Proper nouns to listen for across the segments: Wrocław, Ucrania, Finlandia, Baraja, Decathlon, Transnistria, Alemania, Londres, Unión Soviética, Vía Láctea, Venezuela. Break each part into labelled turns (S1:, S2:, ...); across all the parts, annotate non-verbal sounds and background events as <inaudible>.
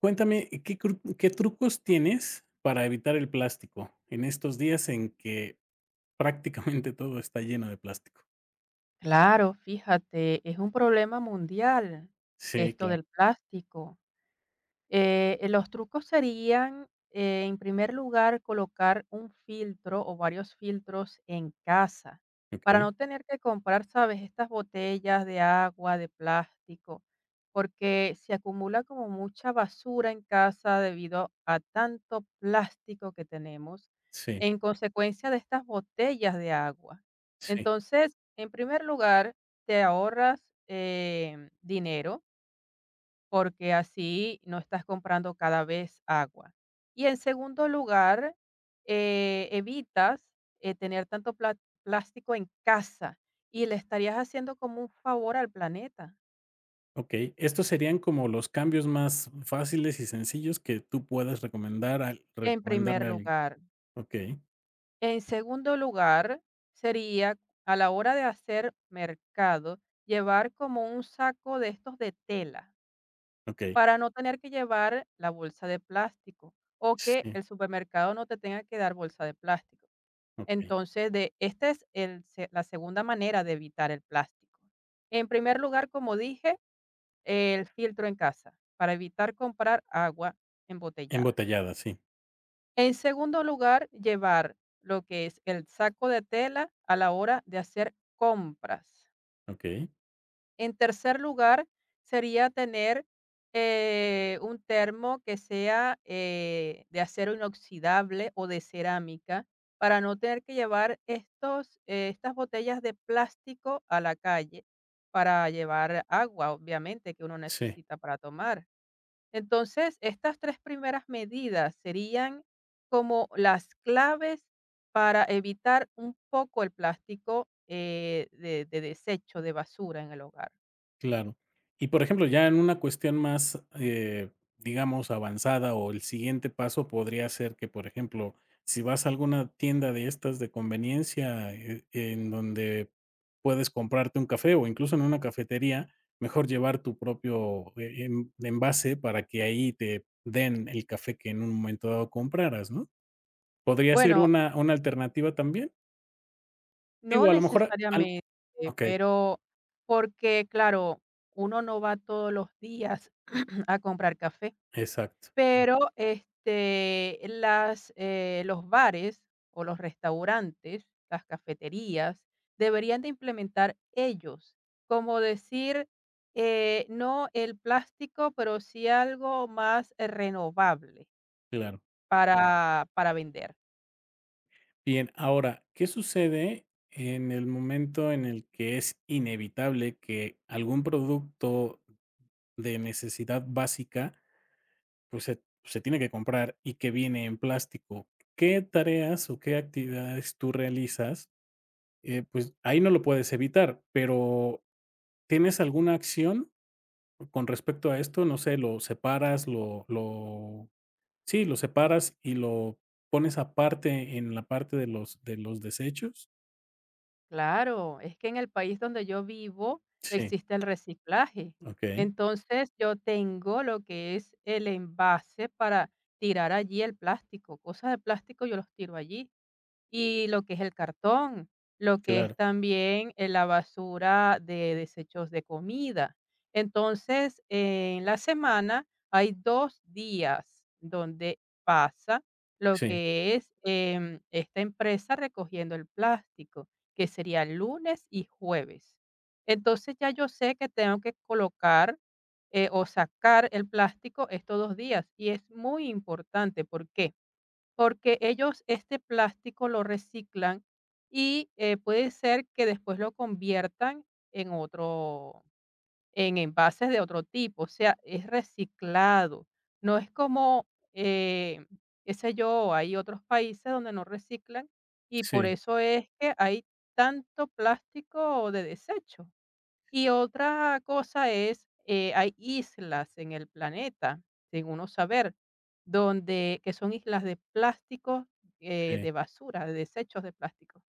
S1: Cuéntame, qué trucos tienes para evitar el plástico en estos días en que prácticamente <laughs> todo está lleno de plástico?
S2: Claro, fíjate, es un problema mundial
S1: Sí,
S2: esto
S1: claro.
S2: del plástico. Los trucos serían, en primer lugar, colocar un filtro o varios filtros en casa para no
S1: Okey.
S2: tener que comprar, ¿sabes? Estas botellas de agua, de plástico, porque se acumula como mucha basura en casa debido a tanto plástico que tenemos
S1: Sí,
S2: en consecuencia de estas botellas de agua.
S1: sí.
S2: Entonces, en primer lugar, te ahorras dinero porque así no estás comprando cada vez agua. Y en segundo lugar, evitas tener plástico en casa y le estarías haciendo como un favor al planeta,
S1: Okey. Estos serían como los cambios más fáciles y sencillos que tú puedas recomendar al
S2: en primer
S1: recomendarle a alguien.
S2: lugar.
S1: Okey,
S2: En segundo lugar, sería a la hora de hacer mercado, llevar como un saco de estos de tela
S1: okey.
S2: para no tener que llevar la bolsa de plástico o que
S1: Sí,
S2: el supermercado no te tenga que dar bolsa de plástico.
S1: okey.
S2: Entonces, de esta es el se la segunda manera de evitar el plástico. En primer lugar, como dije, el filtro en casa, para evitar comprar agua embotellada.
S1: Embotellada, sí.
S2: En segundo lugar, llevar lo que es el saco de tela a la hora de hacer compras.
S1: Okey.
S2: En tercer lugar, sería tener un termo que sea de acero inoxidable o de cerámica para no tener que llevar estas botellas de plástico a la calle para llevar agua, obviamente, que uno
S1: Sí.
S2: necesita para tomar. Entonces, estas tres primeras medidas serían como las claves para evitar un poco el plástico de desecho, de basura en el hogar.
S1: Claro. Y, por ejemplo, ya en una cuestión más, digamos, avanzada, o el siguiente paso podría ser que, por ejemplo, si vas a alguna tienda de estas de conveniencia, en donde puedes comprarte un café, o incluso en una cafetería, mejor llevar tu propio, en envase para que ahí te den el café que en un momento dado compraras, ¿no? ¿Podría ser
S2: Bueno,
S1: una alternativa también?
S2: no
S1: Digo, a lo mejor al
S2: necesariamente,
S1: okey,
S2: pero porque, claro, uno no va todos los días <clears throat> a comprar café,
S1: exacto,
S2: pero, este, los bares o los restaurantes, las cafeterías, deberían de implementar ellos, como decir, no el plástico, pero sí algo más renovable.
S1: claro.
S2: Claro, para vender.
S1: Bien, ahora, ¿qué sucede en el momento en el que es inevitable que algún producto de necesidad básica, pues, se tiene que comprar y que viene en plástico? ¿Qué tareas o qué actividades tú realizas? Pues, ahí no lo puedes evitar, pero, ¿tienes alguna acción con respecto a esto? No sé, ¿lo separas, lo sí, lo separas y lo pones aparte en la parte de los desechos?
S2: Claro, es que en el país donde yo vivo
S1: Sí.
S2: existe el reciclaje.
S1: Okey,
S2: Entonces yo tengo lo que es el envase para tirar allí el plástico. Cosas de plástico yo los tiro allí. Y lo que es el cartón, lo que es
S1: claro.
S2: también, la basura de desechos de comida. Entonces, en la semana hay 2 días donde pasa lo
S1: Sí,
S2: que es, esta empresa recogiendo el plástico, que sería lunes y jueves. Entonces, ya yo sé que tengo que colocar, o sacar el plástico estos 2 días, y es muy importante, ¿por qué? Porque ellos este plástico lo reciclan y, puede ser que después lo conviertan en otro, en envases de otro tipo, o sea, es reciclado. No es como, eh, qué sé yo, hay otros países donde no reciclan y por
S1: sí,
S2: eso es que hay tanto plástico de desecho. Y otra cosa es, hay islas en el planeta, según uno saber, donde que son islas de plástico,
S1: sí,
S2: de basura, de desechos de plástico.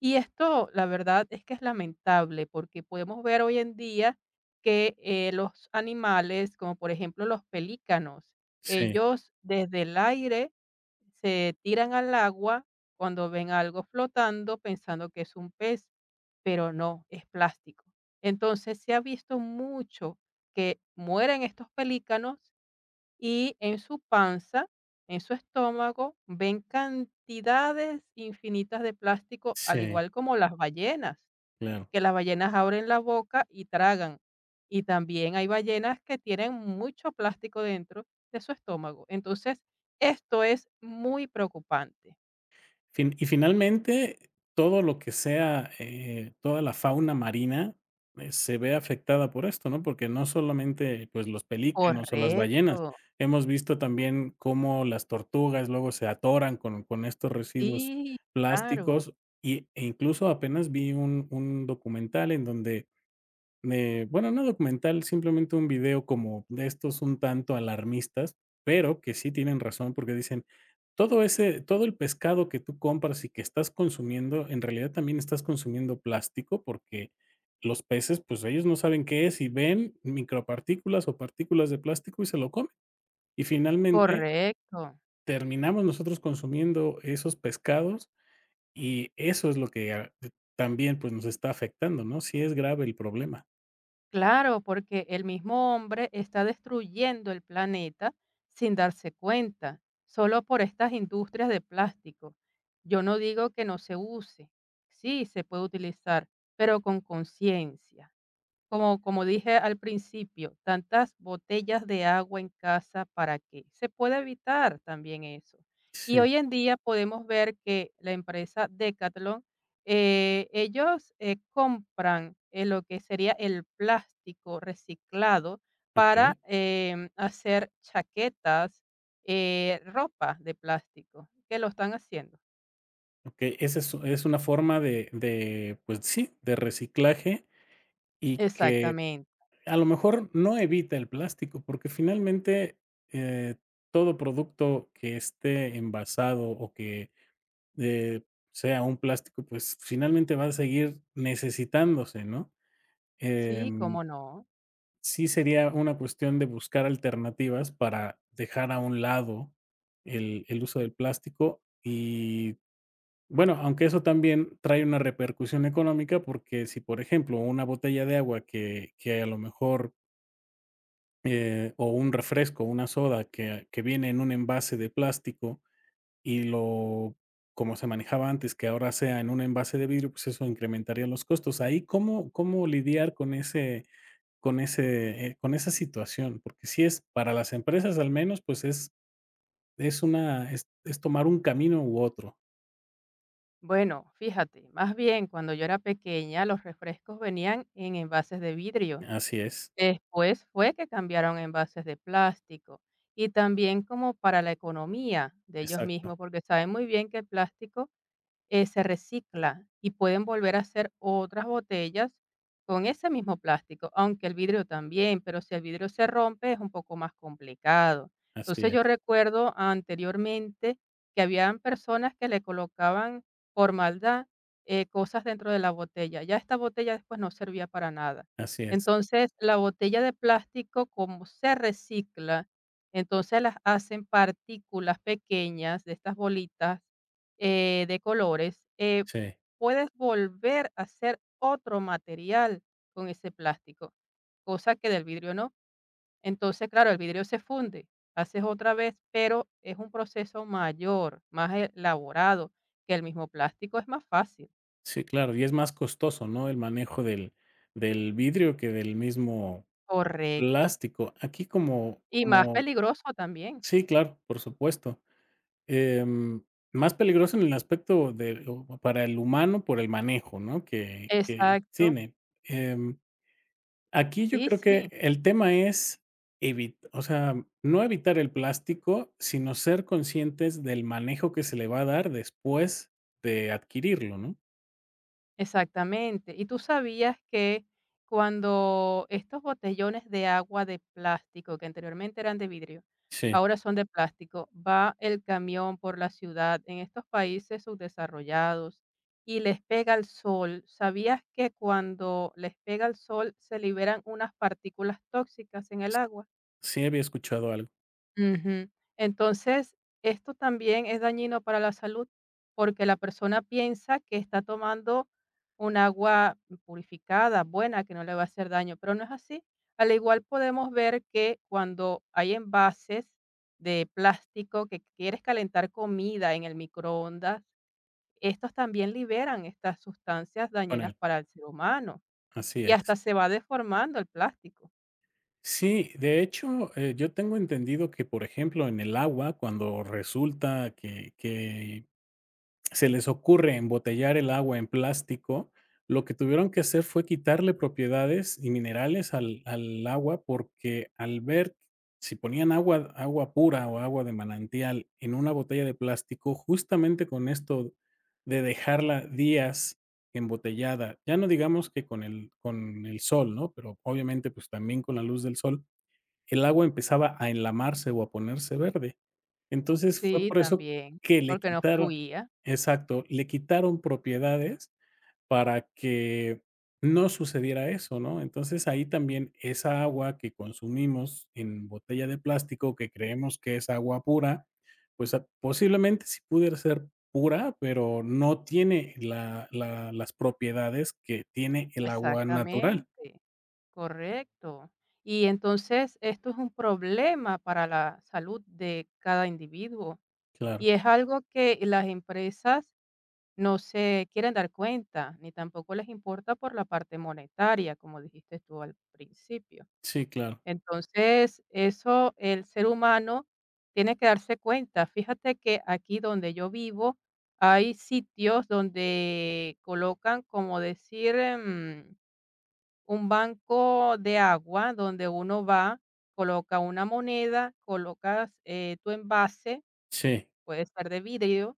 S2: Y esto, la verdad, es que es lamentable porque podemos ver hoy en día que los animales, como por ejemplo los pelícanos,
S1: sí,
S2: ellos desde el aire se tiran al agua cuando ven algo flotando pensando que es un pez, pero no, es plástico. Entonces se ha visto mucho que mueren estos pelícanos y en su panza, en su estómago, ven cantidades infinitas de plástico, al
S1: sí,
S2: igual como las ballenas,
S1: claro.
S2: que las ballenas abren la boca y tragan. Y también hay ballenas que tienen mucho plástico dentro de su estómago. Entonces, esto es muy preocupante.
S1: Finalmente, todo lo que sea, toda la fauna marina, se ve afectada por esto, ¿no? Porque no solamente, pues, los pelícanos o las
S2: Correcto.
S1: ballenas, hemos visto también cómo las tortugas luego se atoran con estos residuos
S2: Sí, claro.
S1: plásticos y incluso apenas vi un documental en donde No documental, simplemente un video como de estos un tanto alarmistas, pero que sí tienen razón, porque dicen: Todo el pescado que tú compras y que estás consumiendo, en realidad también estás consumiendo plástico", porque los peces, pues, ellos no saben qué es, y ven micropartículas o partículas de plástico y se lo comen. Y finalmente
S2: Correcto.
S1: terminamos nosotros consumiendo esos pescados, y eso es lo que a también, pues, nos está afectando, ¿no? Sí es grave el problema.
S2: Claro, porque el mismo hombre está destruyendo el planeta sin darse cuenta, solo por estas industrias de plástico. Yo no digo que no se use, sí se puede utilizar, pero con conciencia. Como dije al principio, tantas botellas de agua en casa, ¿para qué? Se puede evitar también eso. Y
S1: Sí,
S2: hoy en día podemos ver que la empresa Decathlon, ellos, compran, lo que sería el plástico reciclado para,
S1: okey.
S2: hacer chaquetas, ropa de plástico, que lo están haciendo.
S1: Okey, esa es una forma de, pues sí, de reciclaje y que
S2: Exactamente.
S1: a lo mejor no evita el plástico, porque finalmente, eh, todo producto que esté envasado o que, eh, sea un plástico, pues finalmente va a seguir necesitándose, ¿no?
S2: Sí,
S1: Em,
S2: cómo no.
S1: sí sería una cuestión de buscar alternativas para dejar a un lado el uso del plástico y bueno, aunque eso también trae una repercusión económica, porque si, por ejemplo, una botella de agua que a lo mejor, o un refresco, una soda que viene en un envase de plástico y lo como se manejaba antes, que ahora sea en un envase de vidrio, pues eso incrementaría los costos. Ahí, ¿cómo lidiar con ese con ese, con esa situación? Porque si es para las empresas al menos, pues es una es tomar un camino u otro.
S2: Bueno, fíjate, más bien cuando yo era pequeña los refrescos venían en envases de vidrio.
S1: Así es,
S2: Después fue que cambiaron a envases de plástico y también como para la economía de ellos
S1: exacto,
S2: mismos, porque saben muy bien que el plástico se recicla y pueden volver a hacer otras botellas con ese mismo plástico, aunque el vidrio también, pero si el vidrio se rompe es un poco más complicado.
S1: así
S2: Entonces
S1: es.
S2: yo recuerdo anteriormente que habían personas que le colocaban por maldad cosas dentro de la botella. Ya esta botella después no servía para nada.
S1: Así es,
S2: Entonces la botella de plástico, como se recicla, entonces las hacen partículas pequeñas de estas bolitas de colores,
S1: sí,
S2: puedes volver a hacer otro material con ese plástico, cosa que del vidrio no. Entonces, claro, el vidrio se funde, haces otra vez, pero es un proceso mayor, más elaborado que el mismo plástico, es más fácil.
S1: sí, claro, y es más costoso, ¿no? El manejo del vidrio que del mismo
S2: Correcto.
S1: plástico. Aquí como
S2: Y más
S1: como
S2: peligroso también.
S1: sí, claro, por supuesto. Em, más peligroso en el aspecto de o para el humano por el manejo, ¿no? Que
S2: Exacto.
S1: tiene. Em, aquí yo
S2: Sí,
S1: creo que
S2: sí.
S1: el tema es evitar, o sea, no evitar el plástico, sino ser conscientes del manejo que se le va a dar después de adquirirlo, ¿no?
S2: Exactamente. ¿Y tú sabías que cuando estos botellones de agua de plástico, que anteriormente eran de vidrio,
S1: Sí.
S2: ahora son de plástico, va el camión por la ciudad en estos países subdesarrollados y les pega el sol? ¿Sabías que cuando les pega el sol se liberan unas partículas tóxicas en el agua?
S1: Sí, había escuchado algo
S2: Ujú. Entonces, esto también es dañino para la salud porque la persona piensa que está tomando un agua purificada, buena, que no le va a hacer daño, pero no es así. Al igual podemos ver que cuando hay envases de plástico que quieres calentar comida en el microondas, estos también liberan estas sustancias
S1: con
S2: dañinas
S1: él,
S2: para el ser humano
S1: así
S2: y
S1: es.
S2: hasta se va deformando el plástico.
S1: Sí, de hecho, yo tengo entendido que, por ejemplo, en el agua, cuando resulta que se les ocurre embotellar el agua en plástico, lo que tuvieron que hacer fue quitarle propiedades y minerales al agua porque al ver si ponían agua pura o agua de manantial en una botella de plástico, justamente con esto de dejarla días embotellada, ya no digamos que con el sol, ¿no? Pero obviamente pues también con la luz del sol, el agua empezaba a enlamarse o a ponerse verde. Entonces, fue
S2: Sí,
S1: por eso
S2: también,
S1: que le
S2: porque no
S1: quitaron
S2: fluía.
S1: exacto, le quitaron propiedades para que no sucediera eso, ¿no? Entonces, ahí también esa agua que consumimos en botella de plástico, que creemos que es agua pura, pues, ah, posiblemente sí pudiera ser pura, pero no tiene la las propiedades que tiene el agua natural.
S2: Exactamente, correcto. Y entonces esto es un problema para la salud de cada individuo
S1: Claro.
S2: y es algo que las empresas no se quieren dar cuenta, ni tampoco les importa por la parte monetaria, como dijiste tú al principio.
S1: Sí, claro.
S2: Entonces, eso el ser humano tiene que darse cuenta. Fíjate que aquí donde yo vivo hay sitios donde colocan, como decir, un banco de agua donde uno va, coloca una moneda, colocas, tu envase,
S1: Sí,
S2: puede ser de vidrio,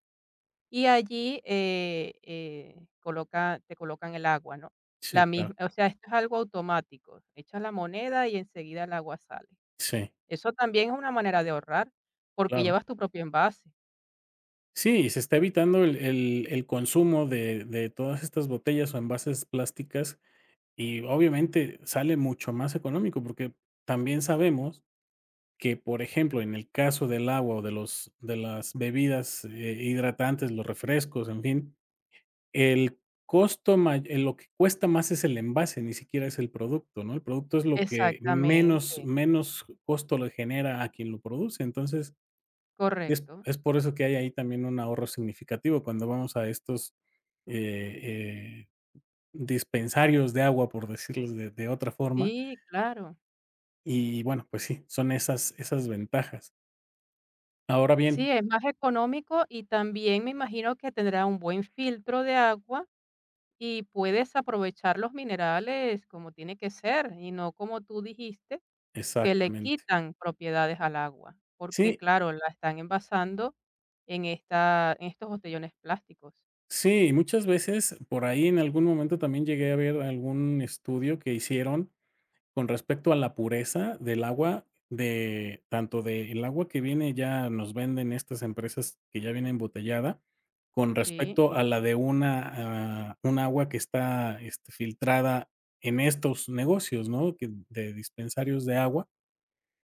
S2: y allí, coloca te colocan el agua, ¿no?
S1: sí,
S2: La
S1: claro.
S2: misma o sea, Esto es algo automático, echas la moneda y enseguida el agua sale.
S1: Sí.
S2: Eso también es una manera de ahorrar, porque
S1: Claro.
S2: llevas tu propio envase.
S1: Sí, y se está evitando el consumo de todas estas botellas o envases plásticas, y obviamente sale mucho más económico, porque también sabemos que, por ejemplo, en el caso del agua o de las bebidas, hidratantes, los refrescos, en fin, el costo may lo que cuesta más es el envase, ni siquiera es el producto, ¿no? El producto es lo que
S2: Exactamente,
S1: menos costo le genera a quien lo produce. Entonces, Es
S2: correcto.
S1: es por eso que hay ahí también un ahorro significativo cuando vamos a estos, eh eh, dispensarios de agua, por decirlos de otra forma,
S2: Sí, claro.
S1: y bueno, pues sí, son esas ventajas. Ahora bien
S2: Sí, es más económico y también me imagino que tendrá un buen filtro de agua y puedes aprovechar los minerales como tiene que ser y no como tú dijiste, que le
S1: exactamente.
S2: quitan propiedades al agua, porque
S1: Sí,
S2: claro, la están envasando en estos botellones plásticos.
S1: sí, muchas veces por ahí en algún momento también llegué a ver algún estudio que hicieron con respecto a la pureza del agua, de tanto del agua que viene ya nos venden estas empresas que ya viene embotellada, con
S2: Sí,
S1: respecto a la de una, ah, un agua que está, este, filtrada en estos negocios, ¿no? Que de dispensarios de agua.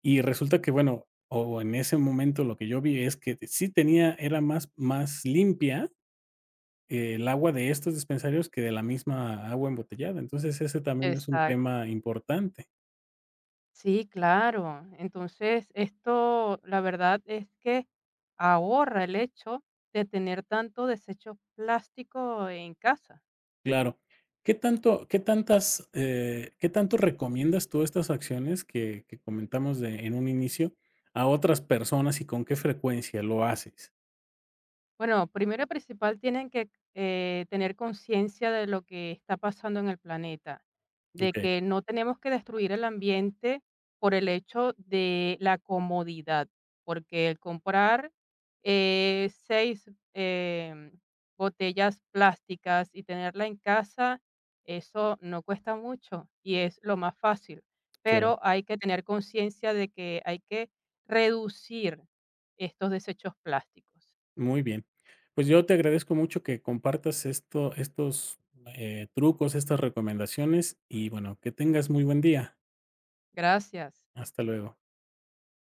S1: Y resulta que, bueno, o en ese momento lo que yo vi es que sí tenía era más limpia el agua de estos dispensarios que de la misma agua embotellada. Entonces, ese también es un
S2: exacto.
S1: tema importante.
S2: Sí, claro. Entonces, esto, la verdad es que ahorra el hecho de tener tanto desecho plástico en casa.
S1: Claro. Qué tantas, qué tanto recomiendas tú estas acciones que comentamos de en un inicio a otras personas y con qué frecuencia lo haces?
S2: Bueno, primero y principal tienen que tener conciencia de lo que está pasando en el planeta, de
S1: Okey,
S2: que no tenemos que destruir el ambiente por el hecho de la comodidad, porque el comprar seis botellas plásticas y tenerla en casa, eso no cuesta mucho y es lo más fácil,
S1: claro,
S2: pero hay que tener conciencia de que hay que reducir estos desechos plásticos.
S1: muy bien. Pues yo te agradezco mucho que compartas estos, trucos, estas recomendaciones y, bueno, que tengas muy buen día.
S2: Gracias.
S1: Hasta luego.